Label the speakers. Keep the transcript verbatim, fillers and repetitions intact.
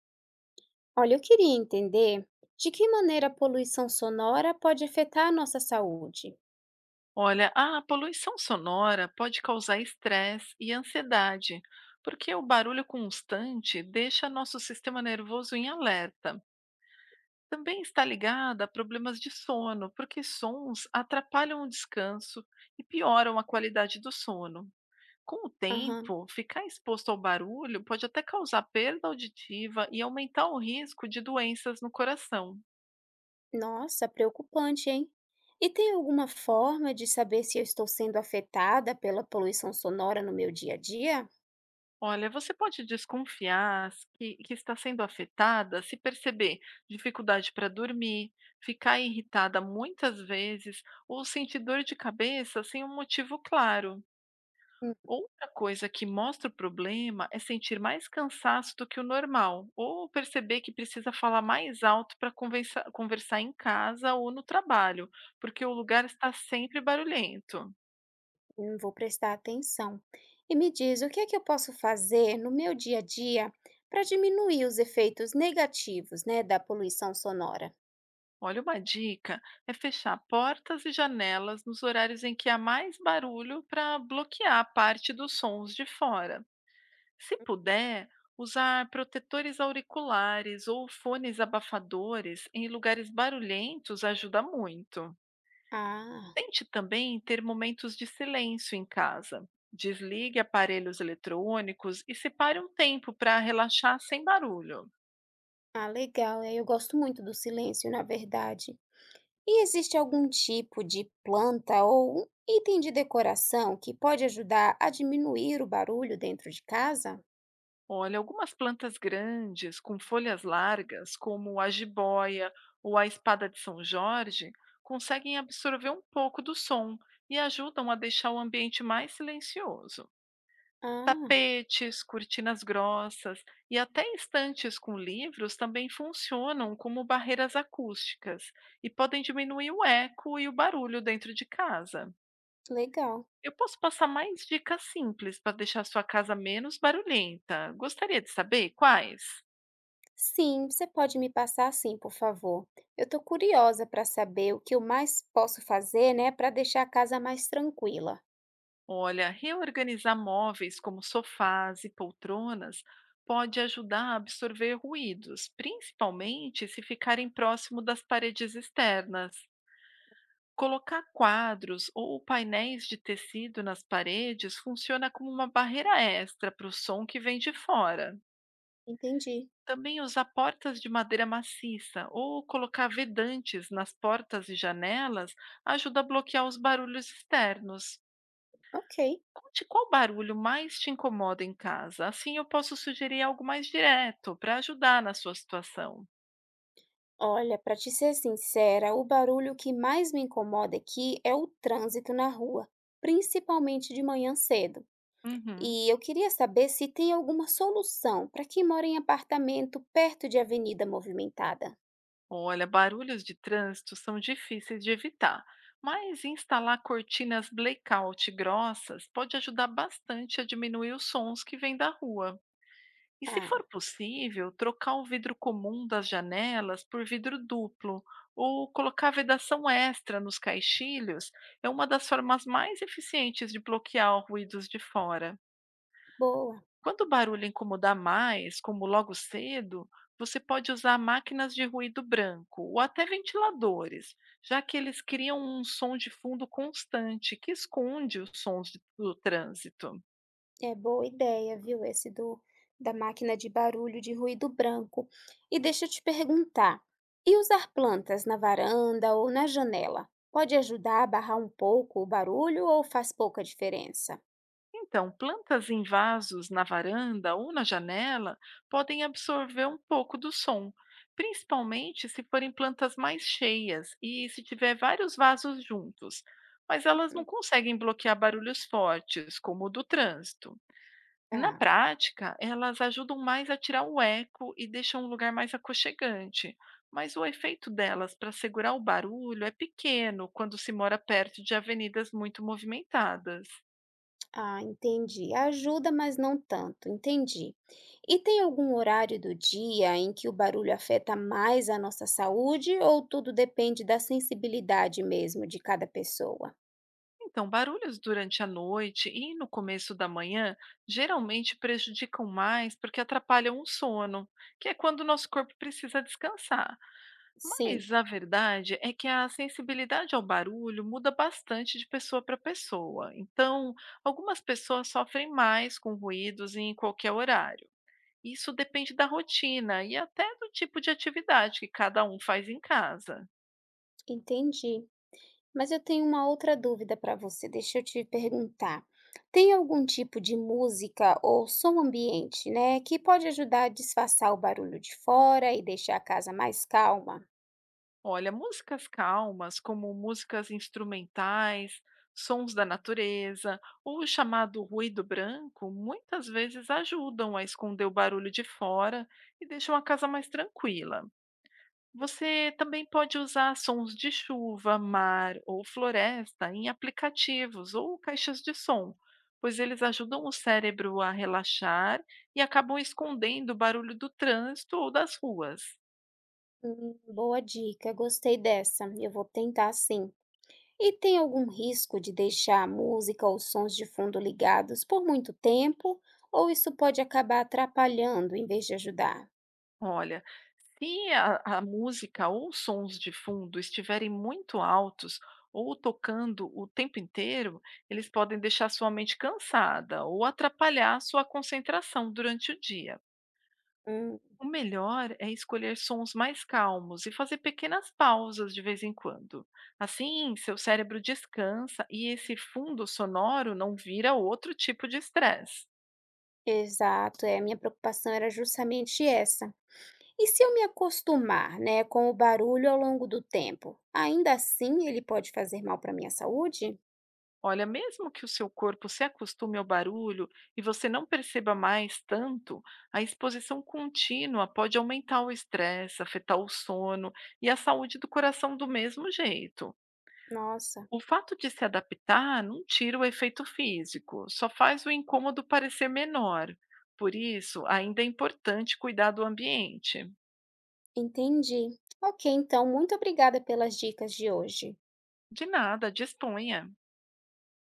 Speaker 1: Olha, eu queria entender de que maneira a poluição sonora pode afetar a nossa saúde.
Speaker 2: Olha, a poluição sonora pode causar estresse e ansiedade, porque o barulho constante deixa nosso sistema nervoso em alerta. Também está ligada a problemas de sono, porque sons atrapalham o descanso e pioram a qualidade do sono. Com o
Speaker 1: Aham.
Speaker 2: tempo, ficar exposto ao barulho pode até causar perda auditiva e aumentar o risco de doenças no coração.
Speaker 1: Nossa, preocupante, hein? E tem alguma forma de saber se eu estou sendo afetada pela poluição sonora no meu dia a dia?
Speaker 2: Olha, você pode desconfiar s- que, que está sendo afetada se perceber dificuldade para dormir, ficar irritada muitas vezes ou sentir dor de cabeça sem um motivo claro.
Speaker 1: Hum,
Speaker 2: Outra coisa que mostra o problema é sentir mais cansaço do que o normal ou perceber que precisa falar mais alto para conversar em casa ou no trabalho, porque o lugar está sempre barulhento.
Speaker 1: hum, vou prestar atenção. E me diz, o que é que eu posso fazer no meu dia a dia para diminuir os efeitos negativos, né, da poluição sonora?
Speaker 2: Olha, uma dica é fechar portas e janelas nos horários em que há mais barulho para bloquear parte dos sons de fora. Se puder, usar protetores auriculares ou fones abafadores em lugares barulhentos ajuda muito.
Speaker 1: Ah,
Speaker 2: Tente também ter momentos de silêncio em casa. Desligue aparelhos eletrônicos e separe um tempo para relaxar sem barulho.
Speaker 1: ah, legal. é, Eu gosto muito do silêncio, na verdade. E existe algum tipo de planta ou um item de decoração que pode ajudar a diminuir o barulho dentro de casa?
Speaker 2: Olha, algumas plantas grandes com folhas largas, como a jiboia ou a espada de São Jorge, conseguem absorver um pouco do som e ajudam a deixar o ambiente mais silencioso.
Speaker 1: Ah,
Speaker 2: Tapetes, cortinas grossas e até estantes com livros também funcionam como barreiras acústicas e podem diminuir o eco e o barulho dentro de casa.
Speaker 1: legal.
Speaker 2: Eu posso passar mais dicas simples para deixar sua casa menos barulhenta. Gostaria de saber quais?
Speaker 1: Sim, você pode me passar sim, por favor. Eu estou curiosa para saber o que eu mais posso fazer, né, para deixar a casa mais tranquila.
Speaker 2: Olha, reorganizar móveis como sofás e poltronas pode ajudar a absorver ruídos, principalmente se ficarem próximo das paredes externas. Colocar quadros ou painéis de tecido nas paredes funciona como uma barreira extra para o som que vem de fora.
Speaker 1: Entendi.
Speaker 2: Também usar portas de madeira maciça ou colocar vedantes nas portas e janelas ajuda a bloquear os barulhos externos.
Speaker 1: Ok.
Speaker 2: Conte qual barulho mais te incomoda em casa, assim eu posso sugerir algo mais direto para ajudar na sua situação.
Speaker 1: Olha, para te ser sincera, o barulho que mais me incomoda aqui é o trânsito na rua, principalmente de manhã cedo.
Speaker 2: Uhum.
Speaker 1: E eu queria saber se tem alguma solução para quem mora em apartamento perto de avenida movimentada.
Speaker 2: Olha, barulhos de trânsito são difíceis de evitar, mas instalar cortinas blackout grossas pode ajudar bastante a diminuir os sons que vêm da rua. E se
Speaker 1: Ah,
Speaker 2: for possível, trocar o vidro comum das janelas por vidro duplo ou colocar vedação extra nos caixilhos é uma das formas mais eficientes de bloquear ruídos de fora.
Speaker 1: boa.
Speaker 2: Quando o barulho incomodar mais, como logo cedo, você pode usar máquinas de ruído branco ou até ventiladores, já que eles criam um som de fundo constante que esconde os sons de- do trânsito.
Speaker 1: É boa ideia, viu? Esse do da máquina de barulho de ruído branco. E deixa eu te perguntar, e usar plantas na varanda ou na janela? Pode ajudar a barrar um pouco o barulho ou faz pouca diferença?
Speaker 2: Então, plantas em vasos na varanda ou na janela podem absorver um pouco do som, principalmente se forem plantas mais cheias e se tiver vários vasos juntos, mas elas não
Speaker 1: Hum.
Speaker 2: conseguem bloquear barulhos fortes, como o do trânsito. Na
Speaker 1: Ah.
Speaker 2: prática, elas ajudam mais a tirar o eco e deixam um lugar mais aconchegante, mas o efeito delas para segurar o barulho é pequeno quando se mora perto de avenidas muito movimentadas.
Speaker 1: Ah, entendi. Ajuda, mas não tanto. Entendi. E tem algum horário do dia em que o barulho afeta mais a nossa saúde ou tudo depende da sensibilidade mesmo de cada pessoa?
Speaker 2: Então, barulhos durante a noite e no começo da manhã geralmente prejudicam mais porque atrapalham o sono, que é quando o nosso corpo precisa descansar.
Speaker 1: Sim,
Speaker 2: Mas a verdade é que a sensibilidade ao barulho muda bastante de pessoa para pessoa. Então, algumas pessoas sofrem mais com ruídos em qualquer horário. Isso depende da rotina e até do tipo de atividade que cada um faz em casa.
Speaker 1: entendi. Mas eu tenho uma outra dúvida para você, deixa eu te perguntar. Tem algum tipo de música ou som ambiente, né, que pode ajudar a disfarçar o barulho de fora e deixar a casa mais calma?
Speaker 2: Olha, músicas calmas, como músicas instrumentais, sons da natureza, ou o chamado ruído branco, muitas vezes ajudam a esconder o barulho de fora e deixam a casa mais tranquila. Você também pode usar sons de chuva, mar ou floresta em aplicativos ou caixas de som, pois eles ajudam o cérebro a relaxar e acabam escondendo o barulho do trânsito ou das ruas.
Speaker 1: Hum, boa dica, gostei dessa. Eu vou tentar sim. E tem algum risco de deixar a música ou sons de fundo ligados por muito tempo? Ou isso pode acabar atrapalhando em vez de ajudar?
Speaker 2: Olha, se a, a música ou os sons de fundo estiverem muito altos ou tocando o tempo inteiro, eles podem deixar sua mente cansada ou atrapalhar sua concentração durante o dia.
Speaker 1: Hum,
Speaker 2: O melhor é escolher sons mais calmos e fazer pequenas pausas de vez em quando. Assim, seu cérebro descansa e esse fundo sonoro não vira outro tipo de estresse.
Speaker 1: exato, é. A minha preocupação era justamente essa. E se eu me acostumar, né, com o barulho ao longo do tempo, ainda assim ele pode fazer mal para minha saúde?
Speaker 2: Olha, mesmo que o seu corpo se acostume ao barulho e você não perceba mais tanto, a exposição contínua pode aumentar o estresse, afetar o sono e a saúde do coração do mesmo jeito.
Speaker 1: Nossa,
Speaker 2: O fato de se adaptar não tira o efeito físico, só faz o incômodo parecer menor. Por isso, ainda é importante cuidar do ambiente.
Speaker 1: entendi. Ok, então, muito obrigada pelas dicas de hoje.
Speaker 2: De nada, disponha.